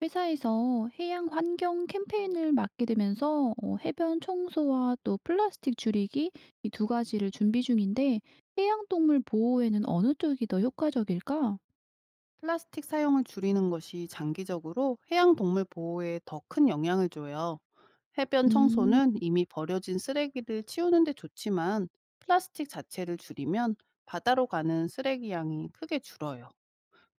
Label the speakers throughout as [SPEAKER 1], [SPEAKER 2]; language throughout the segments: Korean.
[SPEAKER 1] 회사에서 해양 환경 캠페인을 맡게 되면서 해변 청소와 또 플라스틱 줄이기 이 두 가지를 준비 중인데 해양 동물 보호에는 어느 쪽이 더 효과적일까?
[SPEAKER 2] 플라스틱 사용을 줄이는 것이 장기적으로 해양 동물 보호에 더 큰 영향을 줘요. 해변
[SPEAKER 1] 음,
[SPEAKER 2] 청소는 이미 버려진 쓰레기를 치우는 데 좋지만 플라스틱 자체를 줄이면 바다로 가는 쓰레기 양이 크게 줄어요.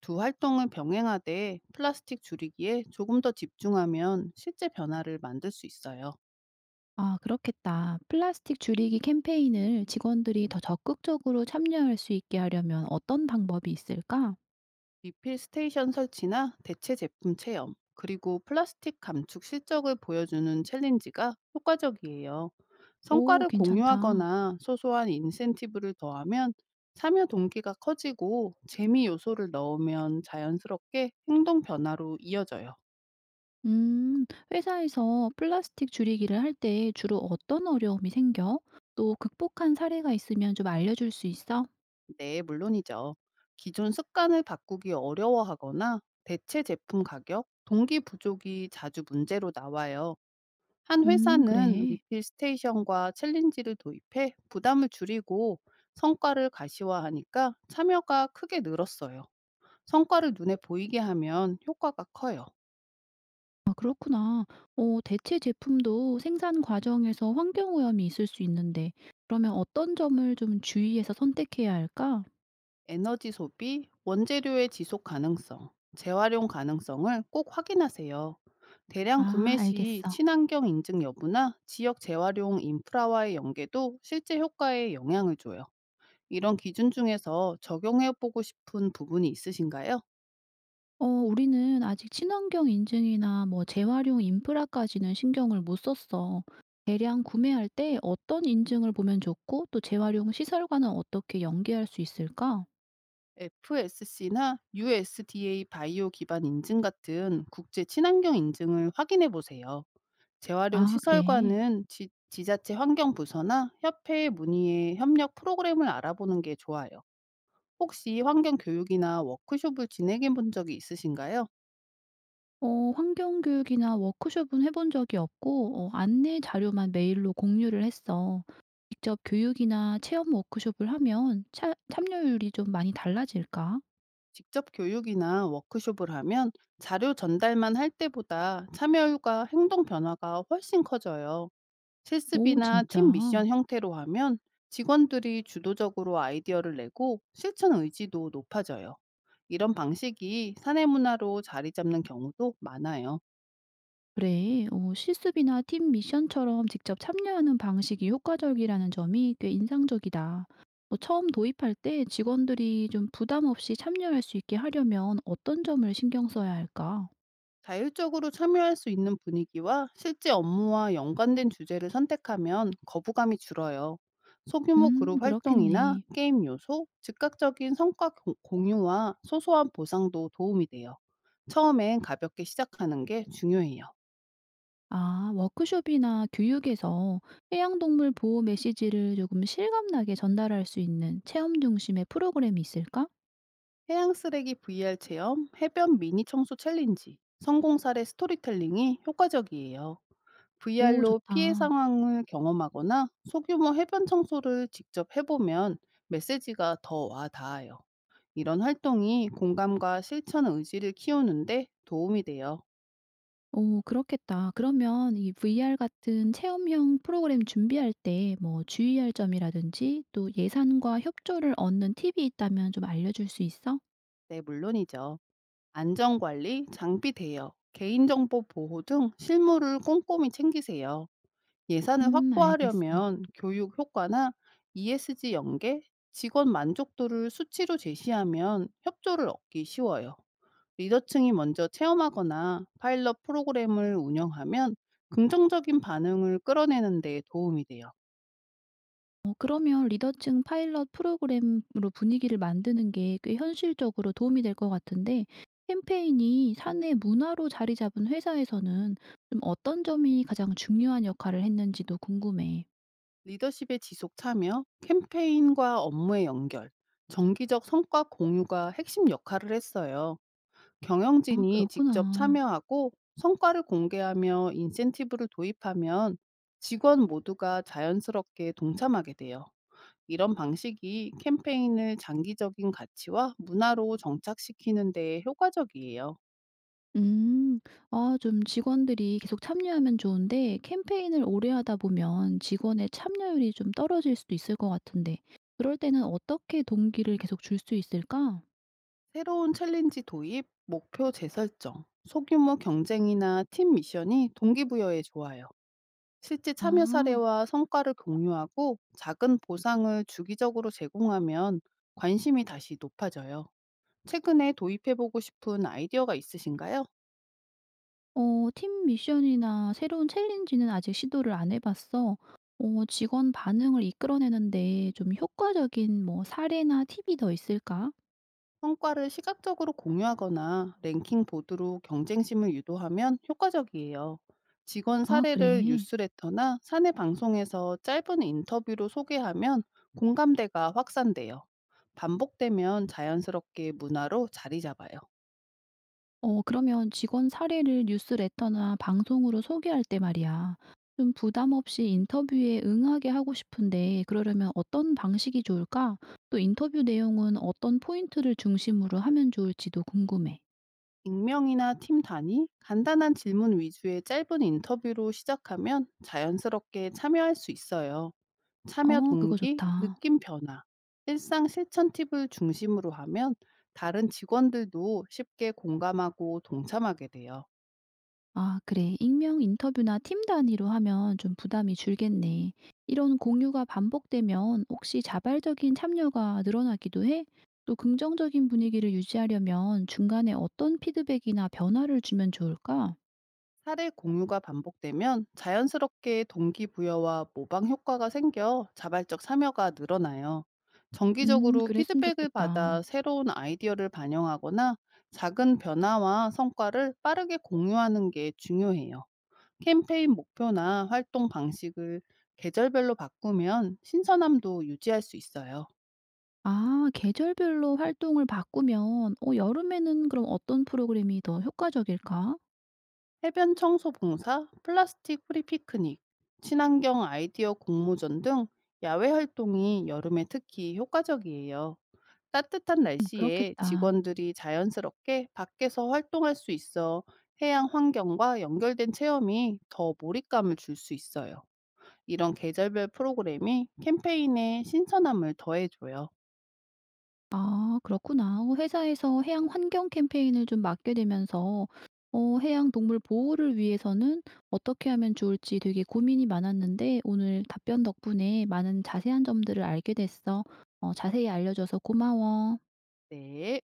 [SPEAKER 2] 두 활동을 병행하되 플라스틱 줄이기에 조금 더 집중하면 실제 변화를 만들 수 있어요.
[SPEAKER 1] 아, 그렇겠다. 플라스틱 줄이기 캠페인을 직원들이 더 적극적으로 참여할 수 있게 하려면 어떤 방법이 있을까?
[SPEAKER 2] 리필 스테이션 설치나 대체 제품 체험, 그리고 플라스틱 감축 실적을 보여주는 챌린지가 효과적이에요.
[SPEAKER 1] 오,
[SPEAKER 2] 성과를
[SPEAKER 1] 괜찮다.
[SPEAKER 2] 공유하거나 소소한 인센티브를 더하면 참여 동기가 커지고 재미 요소를 넣으면 자연스럽게 행동 변화로 이어져요.
[SPEAKER 1] 음, 회사에서 플라스틱 줄이기를 할 때 주로 어떤 어려움이 생겨? 또 극복한 사례가 있으면 좀 알려줄 수 있어?
[SPEAKER 2] 네, 물론이죠. 기존 습관을 바꾸기 어려워하거나 대체 제품 가격, 동기 부족이 자주 문제로 나와요. 한 회사는
[SPEAKER 1] 그래.
[SPEAKER 2] 리필 스테이션과 챌린지를 도입해 부담을 줄이고 성과를 가시화하니까 참여가 크게 늘었어요. 성과를 눈에 보이게 하면 효과가 커요.
[SPEAKER 1] 아 그렇구나. 어 대체 제품도 생산 과정에서 환경 오염이 있을 수 있는데 그러면 어떤 점을 좀 주의해서 선택해야 할까?
[SPEAKER 2] 에너지 소비, 원재료의 지속 가능성, 재활용 가능성을 꼭 확인하세요. 대량 구매
[SPEAKER 1] 아,
[SPEAKER 2] 시
[SPEAKER 1] 알겠어.
[SPEAKER 2] 친환경 인증 여부나 지역 재활용 인프라와의 연계도 실제 효과에 영향을 줘요. 이런 기준 중에서 적용해 보고 싶은 부분이 있으신가요?
[SPEAKER 1] 어 우리는 아직 친환경 인증이나 뭐 재활용 인프라까지는 신경을 못 썼어. 대량 구매할 때 어떤 인증을 보면 좋고 또 재활용 시설과는 어떻게 연계할 수 있을까?
[SPEAKER 2] FSC나 USDA 바이오 기반 인증 같은 국제 친환경 인증을 확인해 보세요. 재활용
[SPEAKER 1] 아, 그래.
[SPEAKER 2] 시설과는 자체 환경부서나 협회에 문의해 협력 프로그램을 알아보는 게 좋아요. 혹시 환경 교육이나 워크숍을 진행해 본 적이 있으신가요?
[SPEAKER 1] 어 환경 교육이나 워크숍은 해본 적이 없고 어 안내 자료만 메일로 공유를 했어. 직접 교육이나 체험 워크숍을 하면 차 참여율이 좀 많이 달라질까?
[SPEAKER 2] 직접 교육이나 워크숍을 하면 자료 전달만 할 때보다 참여율과 행동 변화가 훨씬 커져요.
[SPEAKER 1] 오
[SPEAKER 2] 실습이나
[SPEAKER 1] 진짜?
[SPEAKER 2] 팀 미션 형태로 하면 직원들이 주도적으로 아이디어를 내고 실천 의지도 높아져요. 이런 방식이 사내 문화로 자리 잡는 경우도 많아요.
[SPEAKER 1] 그래. 어 실습이나 팀 미션처럼 직접 참여하는 방식이 효과적이라는 점이 꽤 인상적이다. 어 처음 도입할 때 직원들이 좀 부담 없이 참여할 수 있게 하려면 어떤 점을 신경 써야 할까?
[SPEAKER 2] 자율적으로 참여할 수 있는 분위기와 실제 업무와 연관된 주제를 선택하면 거부감이 줄어요. 소규모 그룹 활동이나
[SPEAKER 1] 그렇겠네.
[SPEAKER 2] 게임 요소, 즉각적인 성과 공유와 소소한 보상도 도움이 돼요. 처음엔 가볍게 시작하는 게 중요해요.
[SPEAKER 1] 아, 워크숍이나 교육에서 해양동물 보호 메시지를 조금 실감나게 전달할 수 있는 체험 중심의 프로그램이 있을까?
[SPEAKER 2] 해양 쓰레기 VR 체험, 해변 미니 청소 챌린지, 성공 사례 스토리텔링이 효과적이에요.
[SPEAKER 1] 오,
[SPEAKER 2] VR로 피해
[SPEAKER 1] 좋다.
[SPEAKER 2] 상황을 경험하거나 소규모 해변 청소를 직접 해보면 메시지가 더 와 닿아요. 이런 활동이 공감과 실천 의지를 키우는데 도움이 돼요.
[SPEAKER 1] 오, 그렇겠다. 그러면 이 VR 같은 체험형 프로그램 준비할 때 뭐 주의할 점이라든지 또 예산과 협조를 얻는 팁이 있다면 좀 알려줄 수 있어?
[SPEAKER 2] 네, 물론이죠. 안전관리, 장비 대여, 개인정보 보호 등 실무를 꼼꼼히 챙기세요. 예산을
[SPEAKER 1] 알겠어.
[SPEAKER 2] 확보하려면 교육 효과나 ESG 연계, 직원 만족도를 수치로 제시하면 협조를 얻기 쉬워요. 리더층이 먼저 체험하거나 파일럿 프로그램을 운영하면 긍정적인 반응을 끌어내는 데 도움이 돼요.
[SPEAKER 1] 어 그러면 리더층 파일럿 프로그램으로 분위기를 만드는 게 꽤 현실적으로 도움이 될 것 같은데 캠페인이 사내 문화로 자리 잡은 회사에서는 좀 어떤 점이 가장 중요한 역할을 했는지도 궁금해.
[SPEAKER 2] 리더십의 지속 참여, 캠페인과 업무의 연결, 정기적 성과 공유가 핵심 역할을 했어요.
[SPEAKER 1] 아
[SPEAKER 2] 경영진이 직접
[SPEAKER 1] 그렇구나.
[SPEAKER 2] 참여하고 성과를 공개하며 인센티브를 도입하면 직원 모두가 자연스럽게 동참하게 돼요. 이런 방식이 캠페인을 장기적인 가치와 문화로 정착시키는 데 효과적이에요.
[SPEAKER 1] 음. 아 좀 직원들이 계속 참여하면 좋은데 캠페인을 오래 하다 보면 직원의 참여율이 좀 떨어질 수도 있을 것 같은데 그럴 때는 어떻게 동기를 계속 줄 수 있을까?
[SPEAKER 2] 새로운 챌린지 도입, 목표 재설정, 소규모 경쟁이나 팀 미션이 동기부여에 좋아요. 실제
[SPEAKER 1] 아.
[SPEAKER 2] 참여 사례와 성과를 공유하고 작은 보상을 주기적으로 제공하면 관심이 다시 높아져요. 최근에 도입해보고 싶은 아이디어가 있으신가요?
[SPEAKER 1] 어 팀 미션이나 새로운 챌린지는 아직 시도를 안 해 봤어. 어 직원 반응을 이끌어내는데 좀 효과적인 뭐 사례나 팁이 더 있을까?
[SPEAKER 2] 성과를 시각적으로 공유하거나 랭킹 보드로 경쟁심을 유도하면 효과적이에요. 직원
[SPEAKER 1] 아
[SPEAKER 2] 사례를
[SPEAKER 1] 그래.
[SPEAKER 2] 뉴스레터나 사내 방송에서 짧은 인터뷰로 소개하면 공감대가 확산돼요. 반복되면 자연스럽게 문화로 자리 잡아요.
[SPEAKER 1] 어 그러면 직원 사례를 뉴스레터나 방송으로 소개할 때 말이야. 좀 부담 없이 인터뷰에 응하게 하고 싶은데 그러려면 어떤 방식이 좋을까? 또 인터뷰 내용은 어떤 포인트를 중심으로 하면 좋을지도 궁금해.
[SPEAKER 2] 익명이나 팀 단위, 간단한 질문 위주의 짧은 인터뷰로 시작하면 자연스럽게 참여할 수 있어요. 참여
[SPEAKER 1] 어 그거
[SPEAKER 2] 동기,
[SPEAKER 1] 좋다.
[SPEAKER 2] 느낌 변화, 일상 실천 팁을 중심으로 하면 다른 직원들도 쉽게 공감하고 동참하게 돼요.
[SPEAKER 1] 아, 그래. 익명 인터뷰나 팀 단위로 하면 좀 부담이 줄겠네. 이런 공유가 반복되면 혹시 자발적인 참여가 늘어나기도 해? 또 긍정적인 분위기를 유지하려면 중간에 어떤 피드백이나 변화를 주면 좋을까?
[SPEAKER 2] 사례 공유가 반복되면 자연스럽게 동기부여와 모방 효과가 생겨 자발적 참여가 늘어나요. 정기적으로
[SPEAKER 1] 그랬으면
[SPEAKER 2] 피드백을 받아
[SPEAKER 1] 좋겠다.
[SPEAKER 2] 새로운 아이디어를 반영하거나 작은 변화와 성과를 빠르게 공유하는 게 중요해요. 캠페인 목표나 활동 방식을 계절별로 바꾸면 신선함도 유지할 수 있어요.
[SPEAKER 1] 아, 계절별로 활동을 바꾸면, 어, 여름에는 그럼 어떤 프로그램이 더 효과적일까?
[SPEAKER 2] 해변 청소 봉사, 플라스틱 프리 피크닉, 친환경 아이디어 공모전 등 야외 활동이 여름에 특히 효과적이에요. 따뜻한 날씨에
[SPEAKER 1] 그렇겠다.
[SPEAKER 2] 직원들이 자연스럽게 밖에서 활동할 수 있어 해양 환경과 연결된 체험이 더 몰입감을 줄 수 있어요. 이런 계절별 프로그램이 캠페인의 신선함을 더해줘요.
[SPEAKER 1] 아 그렇구나. 어 회사에서 해양 환경 캠페인을 좀 맡게 되면서 어 해양 동물 보호를 위해서는 어떻게 하면 좋을지 되게 고민이 많았는데 오늘 답변 덕분에 많은 자세한 점들을 알게 됐어. 어 자세히 알려줘서 고마워.
[SPEAKER 2] 네.